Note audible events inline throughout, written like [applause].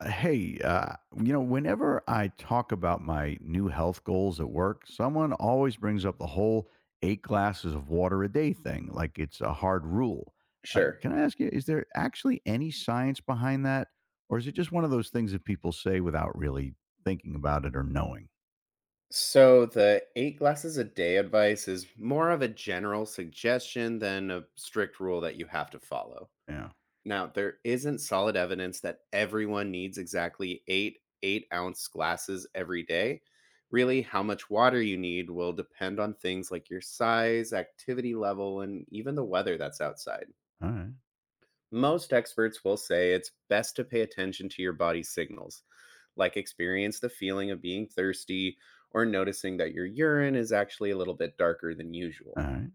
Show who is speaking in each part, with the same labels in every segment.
Speaker 1: Whenever I talk about my new health goals at work, someone always brings up the whole eight glasses of water a day thing, like it's a hard rule.
Speaker 2: Sure.
Speaker 1: Can I ask you, is there actually any science behind that? Or is it just one of those things that people say without really thinking about it or knowing?
Speaker 2: So the eight glasses a day advice is more of a general suggestion than a strict rule that you have to follow.
Speaker 1: Yeah.
Speaker 2: Now, there isn't solid evidence that everyone needs exactly 8 8-ounce glasses every day. Really, how much water you need will depend on things like your size, activity level, and even the weather that's outside.
Speaker 1: All right.
Speaker 2: Most experts will say it's best to pay attention to your body's signals, like experience the feeling of being thirsty or noticing that your urine is actually a little bit darker than
Speaker 1: All
Speaker 2: usual.
Speaker 1: right.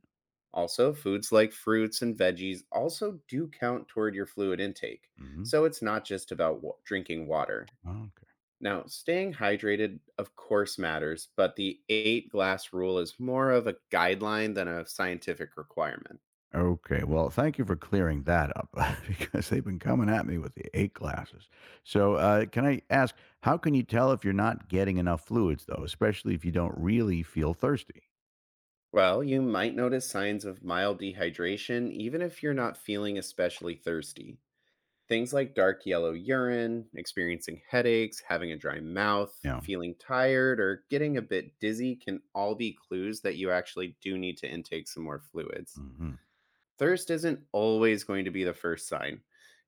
Speaker 2: Also, foods like fruits and veggies also do count toward your fluid intake,
Speaker 1: Mm-hmm.
Speaker 2: so it's not just about drinking water.
Speaker 1: Okay.
Speaker 2: Now, staying hydrated, of course, matters, but the eight glass rule is more of a guideline than a scientific requirement.
Speaker 1: Okay, well, thank you for clearing that up [laughs] because they've been coming at me with the eight glasses. So, can I ask, how can you tell if you're not getting enough fluids, though, especially if you don't really feel thirsty?
Speaker 2: Well, you might notice signs of mild dehydration even if you're not feeling especially thirsty. Things like dark yellow urine, experiencing headaches, having a dry mouth,
Speaker 1: Yeah.
Speaker 2: feeling tired, or getting a bit dizzy can all be clues that you actually do need to intake some more fluids.
Speaker 1: Hmm.
Speaker 2: Thirst isn't always going to be the first sign,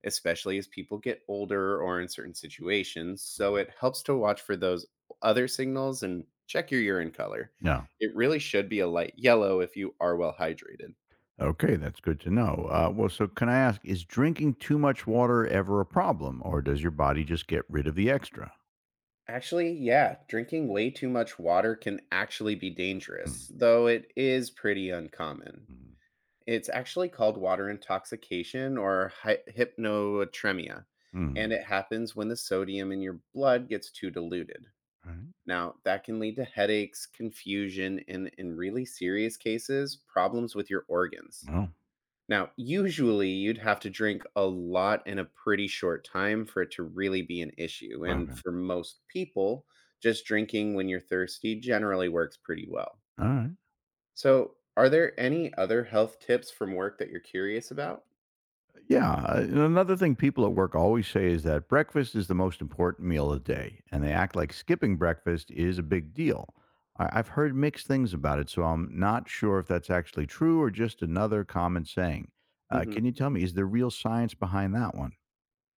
Speaker 2: especially as people get older or in certain situations, so it helps to watch for those other signals and check your urine color.
Speaker 1: Yeah.
Speaker 2: It really should be a light yellow if you are well hydrated.
Speaker 1: Okay, that's good to know. Well, so can I ask, is drinking too much water ever a problem, or does your body just get rid of the extra?
Speaker 2: Actually, yeah, drinking way too much water can actually be
Speaker 1: Mm-hmm.
Speaker 2: dangerous, though it is pretty uncommon. It's actually called water intoxication or hypnotremia, and
Speaker 1: Mm-hmm.
Speaker 2: it happens when the sodium in your blood gets too diluted.
Speaker 1: All right.
Speaker 2: Now, that can lead to headaches, confusion, and in really serious cases, problems with your organs. Now, usually you'd have to drink a lot in a pretty short time for it to really be an issue.
Speaker 1: Well,
Speaker 2: And
Speaker 1: okay.
Speaker 2: for most people, just drinking when you're thirsty generally works pretty well.
Speaker 1: All right.
Speaker 2: So, are there any other health tips from work that you're curious about?
Speaker 1: Yeah, and another thing people at work always say is that breakfast is the most important meal of the day, and they act like skipping breakfast is a big deal. I've heard mixed things about it, so I'm not sure if that's actually true or just another common saying.
Speaker 2: Mm-hmm.
Speaker 1: Can you tell me, is there real science behind that one?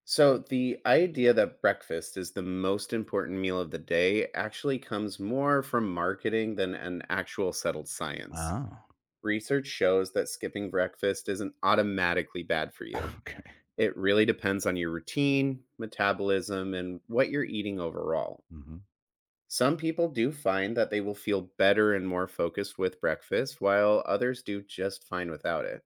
Speaker 2: So, the idea that breakfast is the most important meal of the day actually comes more from marketing than an actual settled science.
Speaker 1: Oh,
Speaker 2: Research shows that skipping breakfast isn't automatically bad for you.
Speaker 1: [laughs] okay.
Speaker 2: It really depends on your routine, metabolism, and what you're eating overall.
Speaker 1: Hmm.
Speaker 2: Some people do find that they will feel better and more focused with breakfast, while others do just fine without it.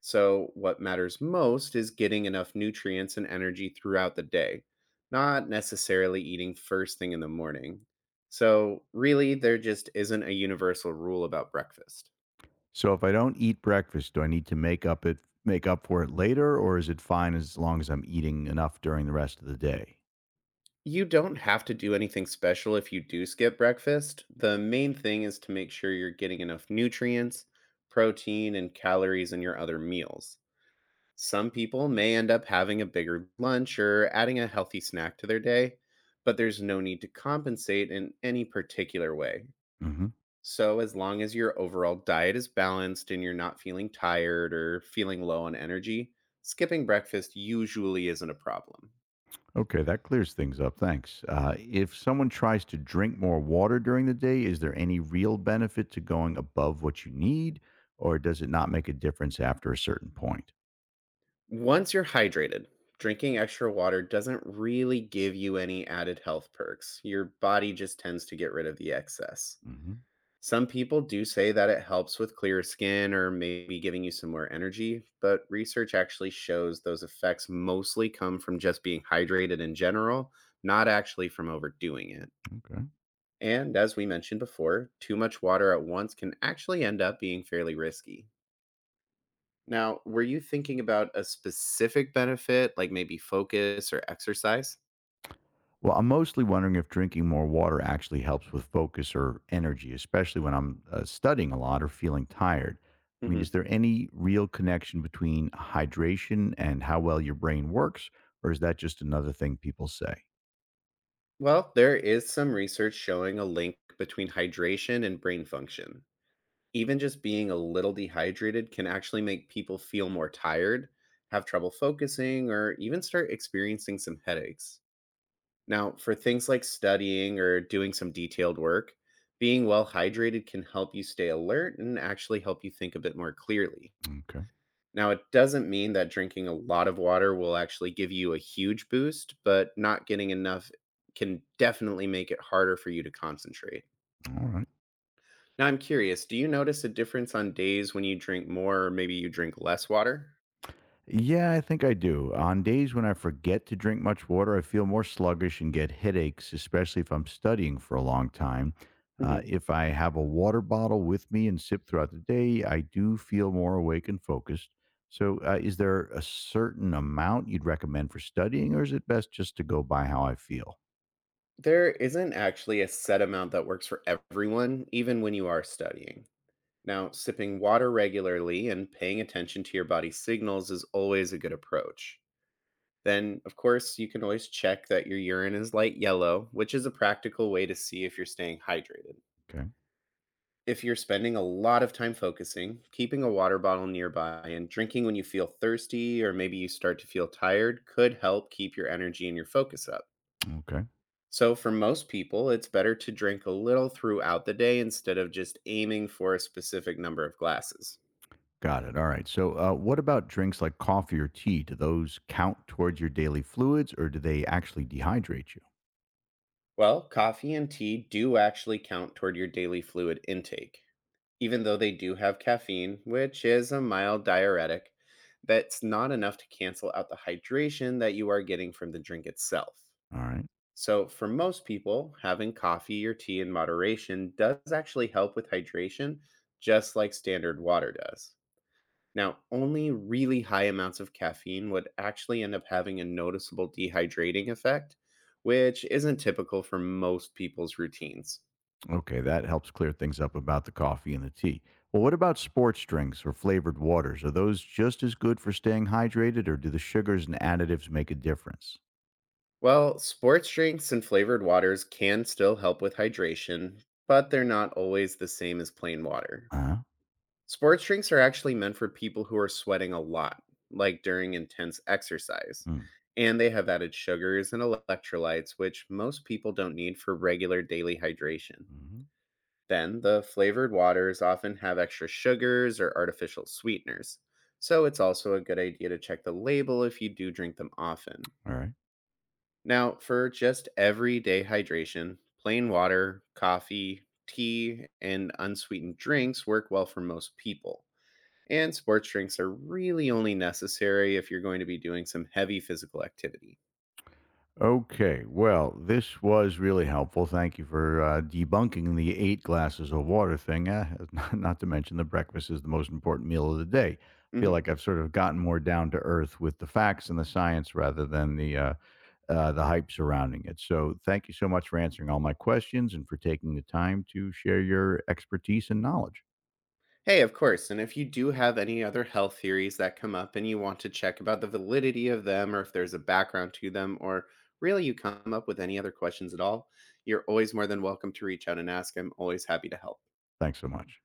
Speaker 2: So, what matters most is getting enough nutrients and energy throughout the day, not necessarily eating first thing in the morning. So, really, there just isn't a universal rule about breakfast.
Speaker 1: So if I don't eat breakfast, do I need to make up for it later, or is it fine as long as I'm eating enough during the rest of the day?
Speaker 2: You don't have to do anything special if you do skip breakfast. The main thing is to make sure you're getting enough nutrients, protein, and calories in your other meals. Some people may end up having a bigger lunch or adding a healthy snack to their day, but there's no need to compensate in any particular way. So, as long as your overall diet is balanced and you're not feeling tired or feeling low on energy, skipping breakfast usually isn't a problem.
Speaker 1: Okay, that clears things up. Thanks. If someone tries to drink more water during the day, is there any real benefit to going above what you need, or does it not make a difference after a certain point?
Speaker 2: Once you're hydrated, drinking extra water doesn't really give you any added health perks. Your body just tends to get rid of the excess.
Speaker 1: Hmm.
Speaker 2: Some people do say that it helps with clear skin or maybe giving you some more energy, but research actually shows those effects mostly come from just being hydrated in general, not actually from overdoing it.
Speaker 1: Okay.
Speaker 2: And as we mentioned before, too much water at once can actually end up being fairly risky. Now, were you thinking about a specific benefit, like maybe focus or exercise?
Speaker 1: Well, I'm mostly wondering if drinking more water actually helps with focus or energy, especially when I'm studying a lot or feeling tired. I mean, is
Speaker 2: Hmm.
Speaker 1: there any real connection between hydration and how well your brain works, or is that just another thing people say?
Speaker 2: Well, there is some research showing a link between hydration and brain function. Even just being a little dehydrated can actually make people feel more tired, have trouble focusing, or even start experiencing some headaches. Now, for things like studying or doing some detailed work, being well hydrated can help you stay alert and actually help you think a bit more clearly.
Speaker 1: Okay.
Speaker 2: Now, it doesn't mean that drinking a lot of water will actually give you a huge boost, but not getting enough can definitely make it harder for you to concentrate.
Speaker 1: All right.
Speaker 2: Now I'm curious, do you notice a difference on days when you drink more or maybe you drink less water?
Speaker 1: Yeah, I think I do. On days when I forget to drink much water, I feel more sluggish and get headaches, especially if I'm studying for a long time.
Speaker 2: Mhm.
Speaker 1: If I have a water bottle with me and sip throughout the day, I do feel more awake and focused. So, is there a certain amount you'd recommend for studying, or is it best just to go by how I feel?
Speaker 2: There isn't actually a set amount that works for everyone, even when you are studying. Now, sipping water regularly and paying attention to your body's signals is always a good approach. Then, of course, you can always check that your urine is light yellow, which is a practical way to see if you're staying hydrated.
Speaker 1: Okay.
Speaker 2: If you're spending a lot of time focusing, keeping a water bottle nearby and drinking when you feel thirsty or maybe you start to feel tired could help keep your energy and your focus up.
Speaker 1: Okay.
Speaker 2: So, for most people, it's better to drink a little throughout the day instead of just aiming for a specific number of glasses.
Speaker 1: Got it. All right. So, what about drinks like coffee or tea? Do those count towards your daily fluids, or do they actually dehydrate you?
Speaker 2: Well, coffee and tea do actually count toward your daily fluid intake, even though they do have caffeine, which is a mild diuretic that's not enough to cancel out the hydration that you are getting from the drink itself.
Speaker 1: All right.
Speaker 2: So, for most people, having coffee or tea in moderation does actually help with hydration, just like standard water does. Now, only really high amounts of caffeine would actually end up having a noticeable dehydrating effect, which isn't typical for most people's routines.
Speaker 1: Okay, that helps clear things up about the coffee and the tea. Well, what about sports drinks or flavored waters? Are those just as good for staying hydrated, or do the sugars and additives make a difference?
Speaker 2: Well, sports drinks and flavored waters can still help with hydration, but they're not always the same as plain water.
Speaker 1: Uh huh.
Speaker 2: Sports drinks are actually meant for people who are sweating a lot, like during intense exercise. And they have added sugars and electrolytes, which most people don't need for regular daily hydration.
Speaker 1: Mm-hmm.
Speaker 2: Then, the flavored waters often have extra sugars or artificial sweeteners. So, it's also a good idea to check the label if you do drink them often.
Speaker 1: All right.
Speaker 2: Now, for just everyday hydration, plain water, coffee, tea, and unsweetened drinks work well for most people. And sports drinks are really only necessary if you're going to be doing some heavy physical activity.
Speaker 1: Okay. Well, this was really helpful. Thank you for debunking the eight glasses of water thing. [laughs] Not to mention the breakfast is the most important meal of the day. I feel
Speaker 2: Mhm.
Speaker 1: like I've sort of gotten more down to earth with the facts and the science rather than the hype surrounding it. So, thank you so much for answering all my questions and for taking the time to share your expertise and knowledge.
Speaker 2: Hey, of course. And if you do have any other health theories that come up and you want to check about the validity of them or if there's a background to them or really you come up with any other questions at all, you're always more than welcome to reach out and ask. I'm always happy to help.
Speaker 1: Thanks so much.